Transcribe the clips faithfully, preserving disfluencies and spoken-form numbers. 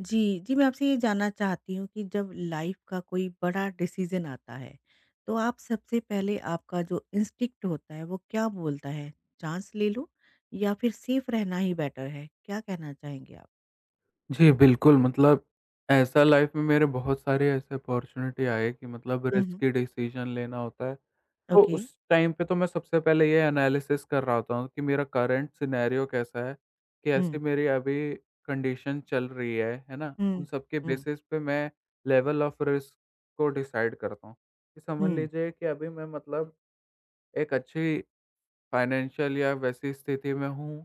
जी, जी मैं आपसे ये जानना चाहती हूँ कि जब लाइफ़ का कोई बड़ा डिसीज़न आता है, तो आप सबसे पहले आपका जो इंस्टिंक्ट होता है वो क्या बोलता है? चांस ले लो या फिर सेफ रहना ही बेटर है? क्या कहना चाहेंगे आप? जी, बिल्कुल मतलब ऐसा लाइफ़ में मेरे बहुत सारे ऐसे अपॉर्च्युनिटी आए कि मतलब हुँ, हुँ। रिस्की डिसीज़न लेना होता है। तो ओके। उस टाइम पे तो मैं सबसे पहले ये एनालिसिस कर रहा होता हूँ कि मेरा करंट सिनेरियो कैसा है, कि ऐसी हुँ। मेरी अभी कंडीशन चल रही है, है ना? उन हुँ। सब के हुँ, बेसिस पे मैं लेवल ऑफ रिस्क को डिसाइड करता हूँ। कि समझ हुँ, लीजिए कि अभी मैं मतलब एक अच्छी फाइनेंशियल या वैसी स्थिति में हूँ,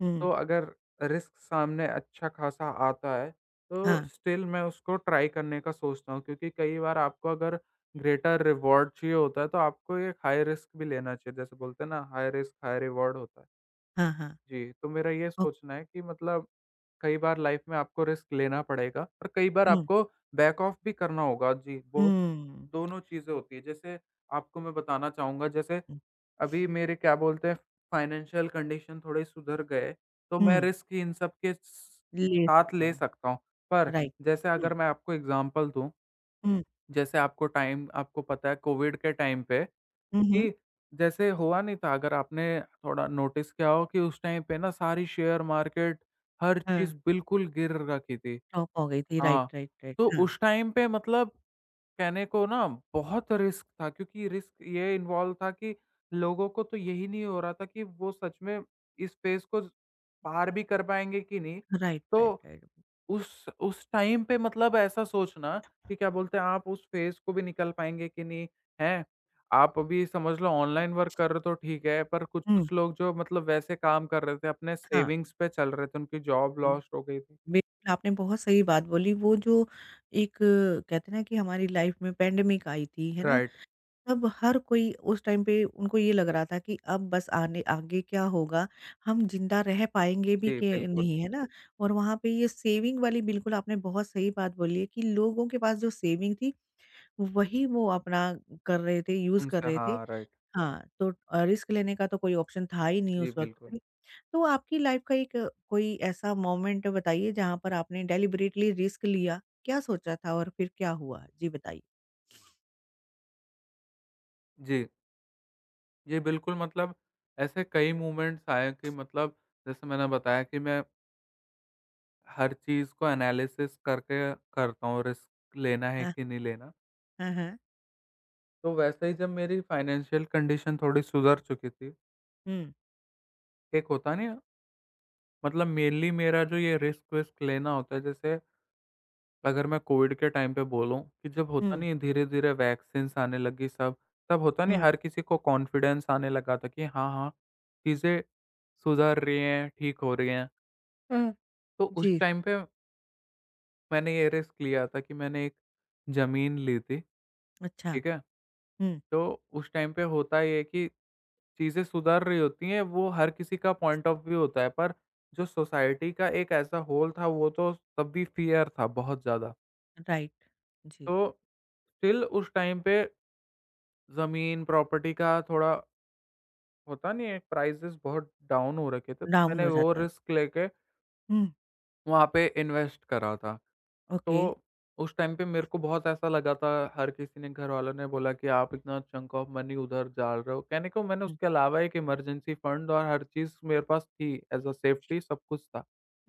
हुँ। तो अगर रिस्क सामने अच्छा खासा आता है, तो हाँ, स्टिल मैं उसको ट्राई करने का सोचता हूँ क्योंकि कई बार आपको अगर ग्रेटर रिवॉर्ड चाहिए होता है, तो आपको एक हाई रिस्क भी लेना चाहिए। जैसे बोलते हैं ना, हाई रिस्क हाई रिवॉर्ड होता है। हाँ, हाँ। जी, तो मेरा ये ओ सोचना है कि मतलब कई बार लाइफ में आपको रिस्क लेना पड़ेगा और कई बार हुँ, आपको बैक ऑफ भी करना होगा। जी, वो हुँ, दोनों चीज़ें होती हैं। जैसे आपको मैं बताना चाहूँगा, जैसे हुँ, अभी मेरे क्या बोलते हैं फाइनेंशियल कंडीशन थोड़े सुधर गए, तो मैं हुँ। रिस्क इन सब के स ले साथ सकता ले हूँ। सकता हूँ। पर राइट। जैसे हुँ, अगर मैं आपको एग्ज़ाम्पल दूँ, हुँ, जैसे आपको टाइम आपको पता है कोविड के टाइम पे हुँ, हुँ। कि जैसे हुआ नहीं था, अगर आपने थोड़ा नोटिस किया हो कि उस टाइम पे ना सारी शेयर मार्केट हर हाँ, चीज़ बिल्कुल गिर रखी थी। चौंक हो गई थी। राइट, हाँ, राइट, राइट। तो हाँ, उस टाइम पे मतलब कहने को ना बहुत रिस्क था क्योंकि रिस्क ये इन्वॉल्व था कि लोगों को तो यही नहीं हो रहा था कि वो सच में इस फेज़ को पार भी कर पाएँगे कि नहीं। राइट, राइट, तो राइट। उस उस टाइम पे मतलब ऐसा सोचना कि क्या बोलते हैं आप उस फेज़ को भी निकल पाएँगे कि नहीं, हैं? आप अभी समझ लो ऑनलाइन वर्क कर रहे हो तो ठीक है, पर हुँ, कुछ-कुछ लोग जो मतलब वैसे काम कर रहे थे, अपने हाँ। सेविंग्स पे चल रहे थे, उनकी जॉब लॉस्ट हो गई थी। बिल्कुल, आपने बहुत सही बात बोली। वो जो एक कहते हैं ना कि हमारी लाइफ में पैंडेमिक आई थी, है ना? राइट। तब हर कोई उस टाइम पे उनको ये लग रहा था कि अब बस आने आगे क्या होगा? हम ज़िंदा रह पाएँगे भी जी, कि बिल्कुल। नहीं, है ना? और वहाँ पे ये सेविंग वाली बिल्कुल आपने बहुत सही बात बोली है कि लोगों के पास जो सेविंग थी, वही वो अपना कर रहे थे, यूज़ कर उनसे रहे थे। हाँ, राइट। हाँ, तो अ, रिस्क लेने का तो कोई ऑप्शन था ही नहीं जी, उस वक़्त बिल्कुल। पे। तो आपकी लाइफ का एक अ, कोई ऐसा मोमेंट बताइए जहाँ पर आपने डेलिबरेटली रिस्क लिया, क्या सोचा था और फिर क्या हुआ? जी बताइए। जी। जी, बिल्कुल मतलब ऐसे कई मूवमेंट्स आए कि मतलब जैसे मैंने बताया कि मैं हर चीज़ को एनालिसिस करके करता हूँ, रिस्क लेना है हाँ, कि नहीं लेना। हाँ, हाँ। तो वैसे ही जब मेरी फाइनेंशियल कंडीशन थोड़ी सुधर चुकी थी, हुँ, एक होता नहीं है, मतलब मेनली मेरा जो ये रिस्क-विस्क लेना होता है जैसे अगर मैं कोविड के टाइम पे बोलूँ कि जब होता हुँ, नहीं है धीरे-धीरे वैक्सीन्स आने लगी सब, तब होता नहीं हुँ। हर किसी को कॉन्फिडेंस आने लगा था कि हाँ, हाँ, चीज़ें सुधर रही हैं, ठीक हो रही हैं। हुँ। तो उस जी, टाइम पे मैंने ये रिस्क लिया था कि मैंने एक ज़मीन ली थी, ठीक अच्छा। है? हुँ, तो उस टाइम पे होता ये है कि चीज़ें सुधर रही होती हैं, वो हर किसी का पॉइंट ऑफ व्यू होता है, पर जो सोसाइटी का एक ऐसा होल था, वो तो तब भी फ़ियर था बहुत ज़्यादा। राइट। जी, तो स्टिल उस टाइम पे ज़मीन, प्रॉपर्टी का थोड़ा होता नहीं है, प्राइसेज़ बहुत डाउन हो रखे थे, तो डाउन मैंने हो वो जाता है। रिस्क लेके हुँ, वहाँ पे इन्वेस्ट करा था। तो ओके। उस टाइम पे मेरे को बहुत ऐसा लगा था, हर किसी ने, घरवालों ने बोला कि आप इतना चंक ऑफ मनी उधर डाल रहे हो। कहने को मैंने हुँ, उसके अलावा एक इमरजेंसी फंड और हर चीज़ मेरे पास थी ऐज़ अ ठीक सेफ्टी, सब कुछ था।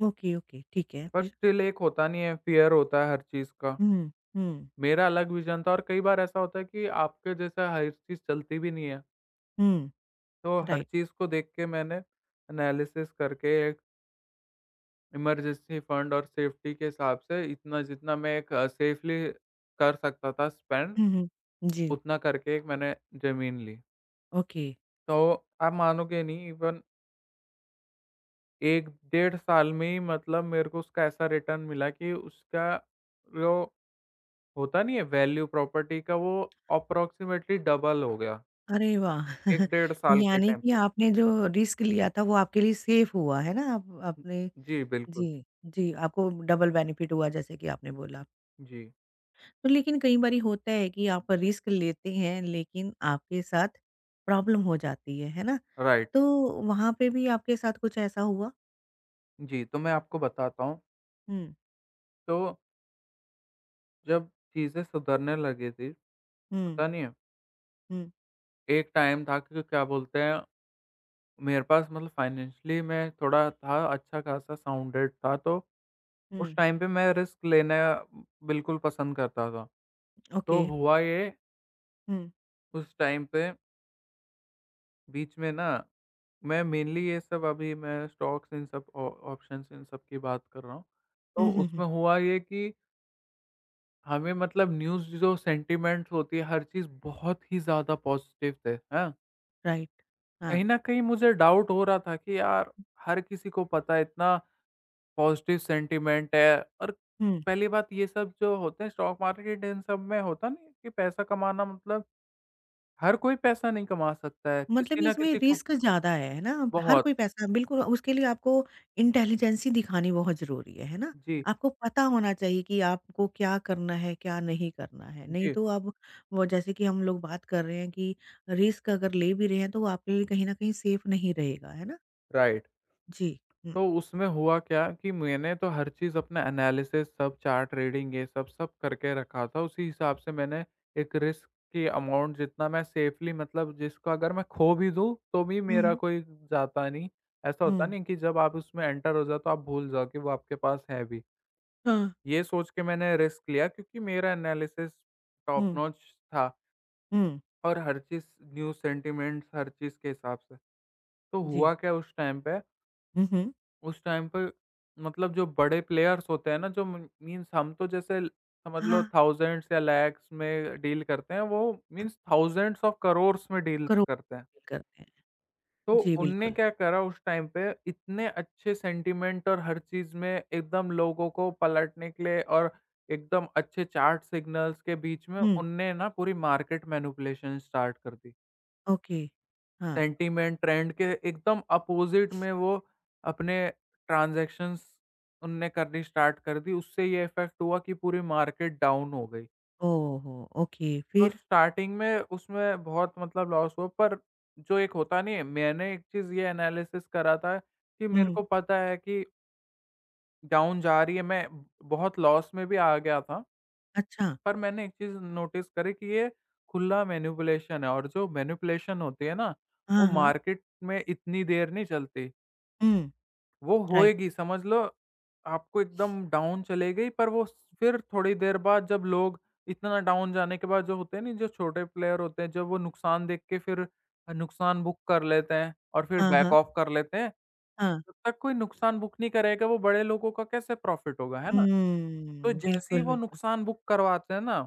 ओके, ओके, ठीक है पर फिर? स्टिल एक होता नहीं है, फ़ियर होता है हर चीज़ का। हुँ, हुँ, मेरा अलग विज़न था और कई बार ऐसा होता है कि आपके जैसा हर चीज़ चलती भी नहीं है। हुँ, तो हर राइट। चीज़ को देख के मैंने एनालिसिस करके एक इमरजेंसी फंड और सेफ्टी के हिसाब से इतना, जितना मैं एक अ, सेफली कर सकता था स्पेंड, हुँ, हुँ, जी, उतना करके एक मैंने ज़मीन ली। ओके। तो आप मानोगे नहीं, इवन एक डेढ़ साल में ही मतलब मेरे को उसका ऐसा रिटर्न मिला कि उसका जो होता नहीं है वैल्यू प्रॉपर्टी का, वो अप्रॉक्सिमेटली डबल हो गया, अरे वाह! एक डेढ़ साल के यानी टाइम कि पे। आपने जो रिस्क लिया था वो आपके लिए सेफ हुआ, है ना? आप आपने जी, बिल्कुल। जी, जी, आपको डबल बेनिफिट हुआ जैसे कि आपने बोला। जी, तो लेकिन कई बारी होता है कि आप रिस्क लेते हैं लेकिन आपके साथ प्रॉब्लम हो जाती है, है ना? राइट। तो वहाँ पे भी आपके साथ कुछ ऐसा हुआ? जी, तो मैं आपको बताता हूँ, हुँ, तो जब चीज़ें सुधरने लगी थी, हुँ, पता नहीं है, हुँ, एक टाइम था कि क्या बोलते हैं, मेरे पास मतलब फाइनेंशियली मैं थोड़ा था, अच्छा-खासा साउंडेड था, तो उस हुँ, टाइम पे मैं रिस्क लेना बिल्कुल पसंद करता था। तो ओके, हुआ ये, हुँ, उस टाइम पे बीच में ना मैं मेनली ये सब, अभी मैं स्टॉक्स इन सब ऑ ऑप्शंस इन सब की बात कर रहा हूँ। हुँ, तो हुँ, हुँ, उसमें हुआ ये कि हमें मतलब न्यूज़ जो सेंटिमेंट्स होती है हर चीज़ बहुत ही ज़्यादा पॉज़िटिव थे, हैं? राइट, हाँ, कहीं न कहीं मुझे डाउट हो रहा था कि यार हर किसी को पता है इतना पॉज़िटिव सेंटिमेंट है, और हुँ। पहली बात ये सब जो होते हैं स्टॉक मार्केट इन सब में होता नहीं है कि पैसा कमाना मतलब हर कोई पैसा नहीं कमा सकता है। मतलब किसी न इसमें किसी को रिस्क ज़्यादा है, है ना? हर बहुत कोई पैसा बिल्कुल उसके लिए आपको इंटेलिजेंसी दिखानी बहुत ज़रूरी है, है ना? जी, आपको पता होना चाहिए कि आपको क्या करना है, क्या नहीं करना है। नहीं जी, तो अब वो जैसे कि हम लोग बात कर रहे हैं कि रिस्क अगर ले भी रहे हैं तो वो आपके लिए कहीं न कहीं सेफ नहीं रहेगा, है ना? राइट। जी। हुँ। तो उसमें हुआ क्या कि मैंने तो हर चीज़ अपना एनालिसिस, सब चार्ट रीडिंग ये सब, सब करके रखा था। उसी हिसाब से मैंने एक रिस्क की अमाउंट, जितना मैं सेफ़ली मतलब जिसको अगर मैं खो भी दूँ, तो भी हुँ, मेरा हुँ। कोई जाता नहीं। ऐसा होता हुँ। नहीं कि जब आप उसमें एंटर हो जाओ तो आप भूल जाओ कि वो आपके पास है भी। हाँ। ये सोच के मैंने रिस्क लिया क्योंकि मेरा एनालिसिस टॉप हुँ, नॉच था, हुँ। और हर चीज़ न्यूज़ सेंटिमेंट्स हर चीज़ के हिसाब से। तो जी। हुआ क्या उस टाइम पे, हुँ, हुँ। उस टाइम पे मतलब जो बड़े प्लेयर्स होते हैं ना, जो म मीन्स हम तो जैसे ल- समझ लो हाँ, थाउज़ेंड्स या लैक्स में डील करते हैं, वो हाँ। मीन्स थाउज़ेंड्स ऑफ करोर्स में डील करो करते हैं। करते हैं। तो जी, उनने बिल्कुल। क्या करा उस टाइम पे, इतने अच्छे सेंटीमेंट और हर चीज़ में एकदम लोगों को पलटने के लिए और एकदम अच्छे चार्ट सिग्नल्स के बीच में हुँ, उनने ना पूरी मार्केट मैनिपुलेशन स्टार्ट कर दी। ओके। हाँ। सेंटीमेंट ट्रेंड के एकदम अपोज़िट में वो अपने ट्रांज़ैक्शंस उनने करनी स्टार्ट कर दी। उससे ये इफ़ेक्ट हुआ कि पूरी मार्केट डाउन हो गई। ओह हो! ओके, तो फिर? स्टार्टिंग में उसमें बहुत मतलब लॉस हुआ, पर जो एक होता नहीं है, मैंने एक चीज़ ये एनालिसिस करा था कि मेरे हुँ। को पता है कि डाउन जा रही है, मैं बहुत लॉस में भी आ गया था। अच्छा, पर मैंने एक चीज़ नोटिस करी कि ये खुला मैनिपुलेशन है, और जो मैनिपुलेशन होती है ना, हाँ, वो हाँ। मार्केट में इतनी देर नहीं चलती। हुँ, वो होएगी राइट। समझ लो आपको एकदम डाउन चले गई, पर वो फिर थोड़ी देर बाद, जब लोग इतना डाउन जाने के बाद, जो होते हैं नहीं जो छोटे प्लेयर होते हैं, जब वो नुकसान देख के फिर नुकसान बुक कर लेते हैं और फिर हाँ, बैक हाँ, ऑफ कर लेते हैं, हाँ। जब तक कोई नुकसान बुक नहीं करेगा वो बड़े लोगों का कैसे प्रॉफिट होगा, है ना? तो हुँ, जैसे ही बिल्कुल, वो बिल्कुल। नुकसान बुक करवाते हैं ना,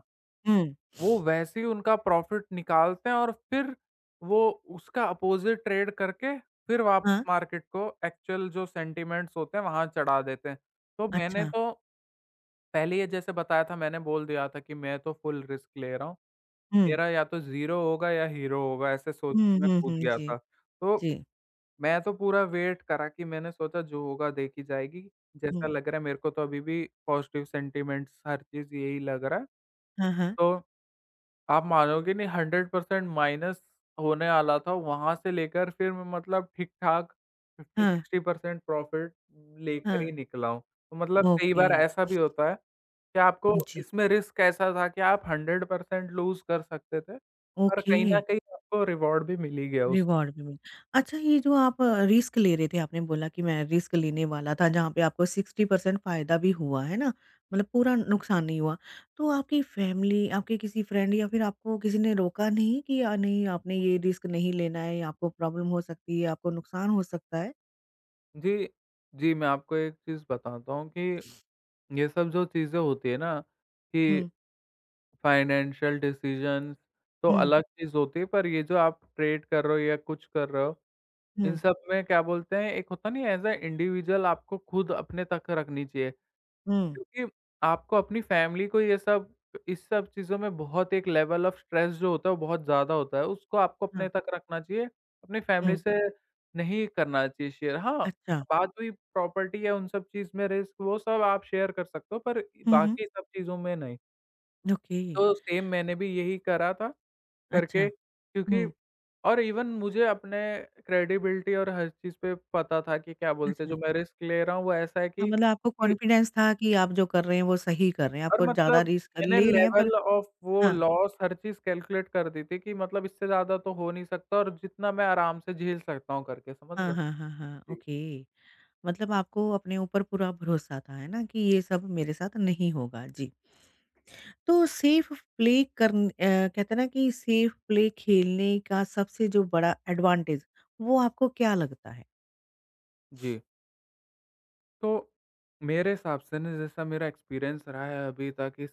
हुँ। वो वैसे ही उनका प्रॉफ़िट निकालते हैं और फिर वो उसका अपोज़िट ट्रेड करके फिर वापस हाँ, मार्केट को एक्चुअल जो सेंटिमेंट्स होते हैं वहाँ चढ़ा देते हैं। तो मैंने अच्छा। तो पहले ही जैसे बताया था, मैंने बोल दिया था कि मैं तो फुल रिस्क ले रहा हूँ। हुँ, मेरा या तो ज़ीरो होगा या हीरो होगा, ऐसे सोच हुँ, के मैं हुँ, कूद हुँ, गया जी, था। तो जी। मैं तो पूरा वेट करा कि मैंने सोचा जो होगा देखी जाएगी। जैसा हुँ। लग रहा है मेरे को तो अभी भी पॉज़िटिव सेंटिमेंट्स हर चीज़ यही लग रहा है। हाँ, हाँ, तो आप मानोगे नहीं, हंड्रेड परसेंट माइनस होने वाला था, वहाँ से लेकर फिर मैं मतलब ठीक-ठाक हाँ, फिफ्टी सिक्स्टी परसेंट प्रॉफ़िट लेकर हाँ। ही निकला हूँ। तो मतलब कई ओके, बार ऐसा भी होता है कि आपको जी। इसमें रिस्क ऐसा था कि आप हंड्रेड परसेंट लूज़ कर सकते थे, पर ओके। कहीं न कहीं आपको रिवॉर्ड भी मिल ही गया उस रिवॉर्ड भी मिला। अच्छा ये जो आप अ, रिस्क ले रहे थे आपने बोला कि मैं रिस्क लेने वाला था जहाँ पे आपको सिक्सटी परसेंट फ़ायदा भी हुआ, है ना? मतलब पूरा नुकसान नहीं हुआ। तो आपकी फैमिली, आपके किसी फ्रेंड या फिर आपको किसी ने रोका नहीं कि अ, नहीं आपने ये रिस्क नहीं लेना है, या आपको प्रॉब्लम हो सकती है, आपको नुकसान हो सकता है? जी, जी, मैं आपको एक चीज़ बताता हूँ कि ये सब जो चीज़ें होती है ना कि हुँ, फाइनेंशियल डिसीजंस तो हुँ, अलग चीज़ होती है, पर ये जो आप ट्रेड कर रहे हो या कुछ कर रहे हो, इन हुँ, सब में क्या बोलते हैं, एक होता नहीं है एज़ अ इंडिविजुअल आपको खुद अपने तक रखनी चाहिए। हुँ, क्योंकि आपको अपनी फैमिली को ये सब, इस सब चीज़ों में बहुत एक लेवल ऑफ स्ट्रेस जो होता है, वो बहुत ज़्यादा होता है, उसको आपको हाँ, अपने तक रखना चाहिए, अपनी फैमिली हुँ, से नहीं करना चाहिए शेयर। हाँ, अच्छा। बात हुई प्रॉपर्टी या उन सब चीज़ में रिस्क, वो सब आप शेयर कर सकते हो, पर हुँ, हुँ, बाकी सब चीज़ों में नहीं। ओके, तो सेम मैंने भी यही करा था। अच्छा, करके क्योंकि हुँ, और इवन मुझे अपने क्रेडिबिलिटी और हर चीज़ पे पता था कि क्या बोलते हैं अच्छा। जो मैं रिस्क ले रहा हूँ वो ऐसा है हाँ, कि मतलब आपको कि कॉन्फिडेंस था कि आप जो कर रहे हैं वो सही कर रहे हैं, और आपको ज़्यादा मतलब रिस्क मैंने ले रहे हैं पर लेवल ऑफ वो हाँ, लॉस हर चीज़ कैलकुलेट कर दी थी कि मतलब इससे ज़्यादा तो हो नहीं सकता और जितना मैं आराम से झेल सकता हूँ करके, समझ हाँ, रहे हो? हाँ, हाँ, हाँ, जी। ओके। मतलब आपको अपने ऊपर पूरा भरोसा था, है ना? कि ये सब मेरे साथ नहीं होगा। जी। तो सेफ प्ले करन अ, कहते हैं ना कि सेफ प्ले खेलने का सबसे जो बड़ा एडवांटेज, वो आपको क्या लगता है? जी। तो, मेरे हिसाब से ना जैसा मेरा एक्सपीरियंस रहा है अभी तक इस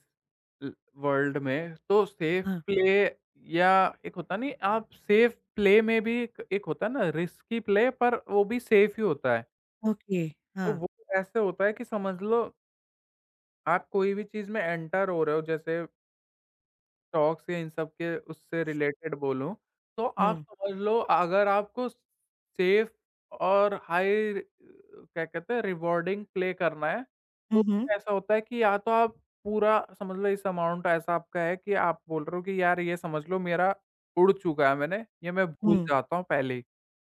ल वर्ल्ड में, तो सेफ हाँ, प्ले या एक होता नहीं, आप सेफ प्ले में भी एक एक होता है ना, रिस्की प्ले पर वो भी सेफ ही होता है। ओके, तो हाँ। वो ऐसे होता है कि समझ लो, आप कोई भी चीज़ में एंटर हो रहे हो, जैसे स्टॉक्स या इन सब के उससे रिलेटेड बोलूँ, तो आप हुँ। समझ लो अगर आपको सेफ और हाई अ, क्या कहते हैं, रिवॉर्डिंग प्ले करना है, हुँ, तो हुँ। ऐसा होता है कि या तो आप पूरा समझ लो, इस अमाउंट ऐसा आपका है कि आप बोल रहे हो कि यार ये समझ लो मेरा उड़ चुका है मैंने, ये मैं भूल हुँ, जाता हूँ पहले ही,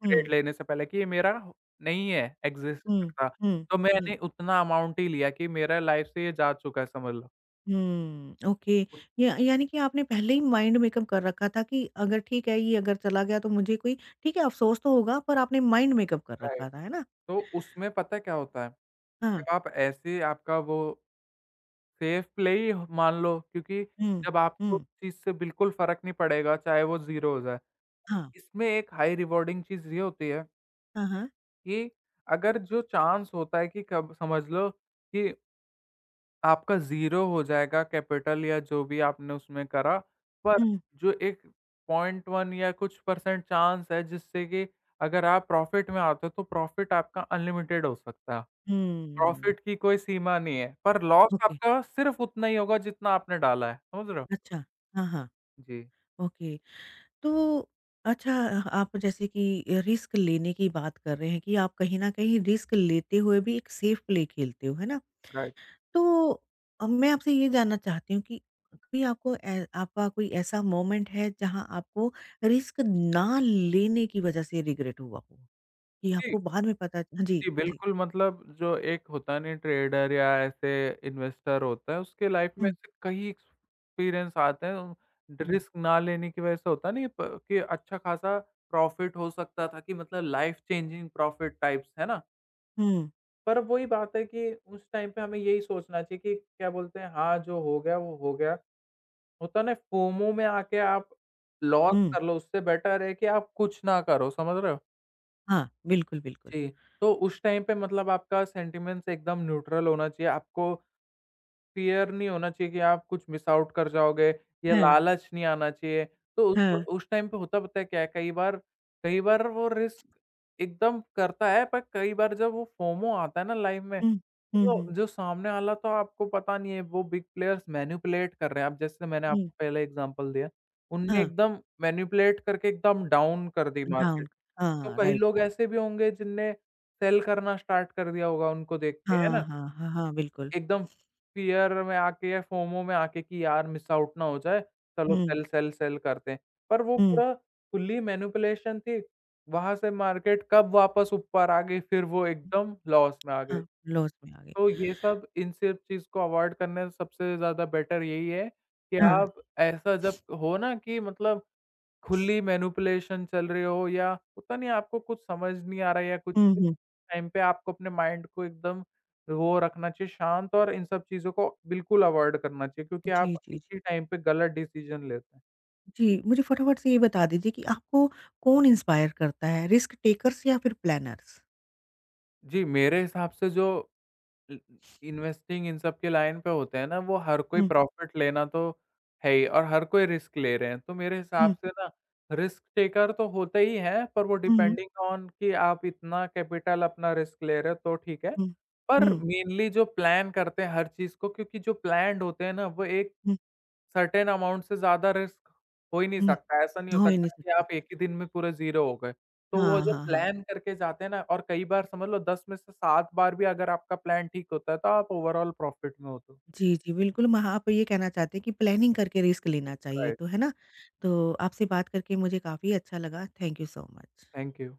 ट्रेड हुँ, लेने से पहले कि ये मेरा हो- नहीं है, एग्ज़िस्ट हुँ, करता। हुँ, तो हुँ, मैंने उतना अमाउंट ही लिया कि मेरा लाइफ़ से ये जा चुका है, समझ लो। हुँ, ओके। उत या यानी कि आपने पहले ही माइंड मेकअप कर रखा था कि अगर ठीक है, ये अगर चला गया तो मुझे कोई ठीक है, अफ़सोस तो होगा पर आपने माइंड मेकअप कर राइट। रखा था, है ना? तो उसमें पता है क्या होता है? हाँ, जब आप ऐसे, आपका वो सेफ प्ले ही मान लो, क्योंकि हुँ, जब आपको उस हुँ। चीज़ से बिल्कुल फ़र्क नहीं पड़ेगा, चाहे वो ज़ीरो हो जाए। हाँ, इसमें एक हाई रिवार्डिंग चीज़ ये होती है हाँ, हाँ। कि अगर जो चांस होता है कि कब समझ लो कि आपका ज़ीरो हो जाएगा कैपिटल या जो भी आपने उसमें करा, पर हुँ, जो एक ज़ीरो पॉइंट वन या कुछ परसेंट चांस है जिससे कि अगर आप प्रॉफ़िट में आते हो, तो प्रॉफ़िट आपका अनलिमिटेड हो सकता है। प्रॉफ़िट हुँ। की कोई सीमा नहीं है, पर लॉस ओके, आपका सिर्फ़ उतना ही होगा जितना आपने डाला है, समझ रहे हो? अच्छा। हाँ, हाँ, जी, ओके। तो अच्छा आप जैसे कि अ, रिस्क लेने की बात कर रहे हैं कि आप कहीं न कहीं रिस्क लेते हुए भी एक सेफ प्ले खेलते हो, है ना? राइट। तो अ, मैं आपसे ये जानना चाहती हूँ कि कभी आपको ए आपका कोई ऐसा मोमेंट है जहाँ आपको रिस्क ना लेने की वज़ह से रिग्रेट हुआ हो? कि जी, आपको बाद में पता हाँ जी, जी, जी। बिल्कुल। मतलब जो एक होता नहीं ट्रेडर या ऐसे इन्वेस्टर होता है, उसके लाइफ़ में हुँ, ऐसे कई एक्सपीरियंस आते हैं, हुँ, रिस्क ना लेने की वजह से, होता नहीं प कि अच्छा खासा प्रॉफ़िट हो सकता था कि मतलब लाइफ़ चेंजिंग प्रॉफ़िट टाइप्स, है ना? हुँ, पर वही बात है कि उस टाइम पे हमें यही सोचना चाहिए कि क्या बोलते हैं, हाँ, जो हो गया वो हो गया। होता ना, फोमो में आके आप लॉस हुँ। कर लो, उससे बेटर है कि आप कुछ ना करो, समझ रहे हो? हाँ, बिल्कुल, बिल्कुल। जी। तो उस टाइम पे मतलब आपका सेंटिमेंट्स एकदम न्यूट्रल होना चाहिए, आपको फ़ियर नहीं होना चाहिए कि आप कुछ मिस आउट कर जाओगे या হ্যাঁ, लालच नहीं आना चाहिए। तो হ্যাঁ। उस उस टाइम पे होता पता है क्या है, कई बार कई बार वो रिस्क एकदम करता है, पर कई बार जब वो फोमो आता है ना लाइफ़ में, हुँ, हुँ, तो हुँ। जो सामने वाला, तो आपको पता नहीं है, वो बिग प्लेयर्स मैनिपुलेट कर रहे हैं। अब जैसे मैंने हुँ, आपको पहले एग्ज़ाम्पल दिया, उनने हाँ। एकदम मैनिपुलेट करके एकदम डाउन कर दी डाउन मार्केट। तो हाँ, कई राइट, लोग राइट। ऐसे भी होंगे जिनने सेल करना स्टार्ट कर दिया होगा उनको देख के, है हाँ, ना? हाँ, हाँ, हाँ, बिल्कुल। एकदम फ़ियर में आके या फोमो में आके कि यार मिस आउट ना हो जाए, चलो हुँ, सेल, सेल, सेल करते हैं। पर वो हुँ। पूरा खुली मैनिपुलेशन थी, वहाँ से मार्केट कब वापस ऊपर आ गई, फिर वो एकदम लॉस में आ गई। हाँ, लॉस में आ गई। तो ये सब, इन सब चीज़ को अवॉइड करने से सबसे ज़्यादा बेटर यही है कि हाँ। आप, ऐसा जब हो ना कि मतलब खुली मैनिपुलेशन चल रही हो या पता नहीं आपको कुछ समझ नहीं आ रहा है या कुछ हुँ, भी, हुँ। टाइम पे आपको अपने माइंड को एकदम वो रखना चाहिए शांत, और इन सब चीज़ों को बिल्कुल अवॉइड करना चाहिए, क्योंकि आप जी, जी, जी। इसी टाइम पे गलत डिसीज़न लेते हैं। जी, मुझे फटाफट से ये बता दीजिए कि आपको कौन इंस्पायर करता है, रिस्क टेकर्स या फिर प्लानर्स? जी, मेरे हिसाब से जो इ इन्वेस्टिंग इन सब के लाइन पे होते हैं ना, वो हर कोई हुँ, प्रॉफ़िट लेना तो है ही, और हर कोई रिस्क ले रहे हैं। तो मेरे हिसाब हुँ, से ना, रिस्क टेकर तो होते ही हैं, पर वो हुँ, हुँ, डिपेंडिंग ऑन कि आप इतना कैपिटल अपना रिस्क ले रहे हो, तो ठीक है। हुँ, पर हुँ, मेनली जो प्लान करते हैं हर चीज़ को, क्योंकि जो प्लान्ड होते हैं ना, वो एक हुँ, सर्टेन अमाउंट से ज़्यादा रिस्क हो ही नहीं हुँ। सकता, ऐसा नहीं हो हो ही नहीं सकता कि सकता। आप एक ही दिन में पूरे ज़ीरो हो गए। तो वो हाँ, जो हाँ, हाँ। प्लान करके जाते हैं ना, और कई बार समझ लो दस में से सात बार भी अगर आपका प्लान ठीक होता है, तो आप ओवरऑल प्रॉफ़िट में होते हो। जी, जी, बिल्कुल, म आप ये कहना चाहते हैं कि प्लानिंग करके रिस्क लेना चाहिए राइट, तो, है ना? तो आपसे बात करके मुझे काफ़ी अच्छा लगा। Thank you so much. Thank you.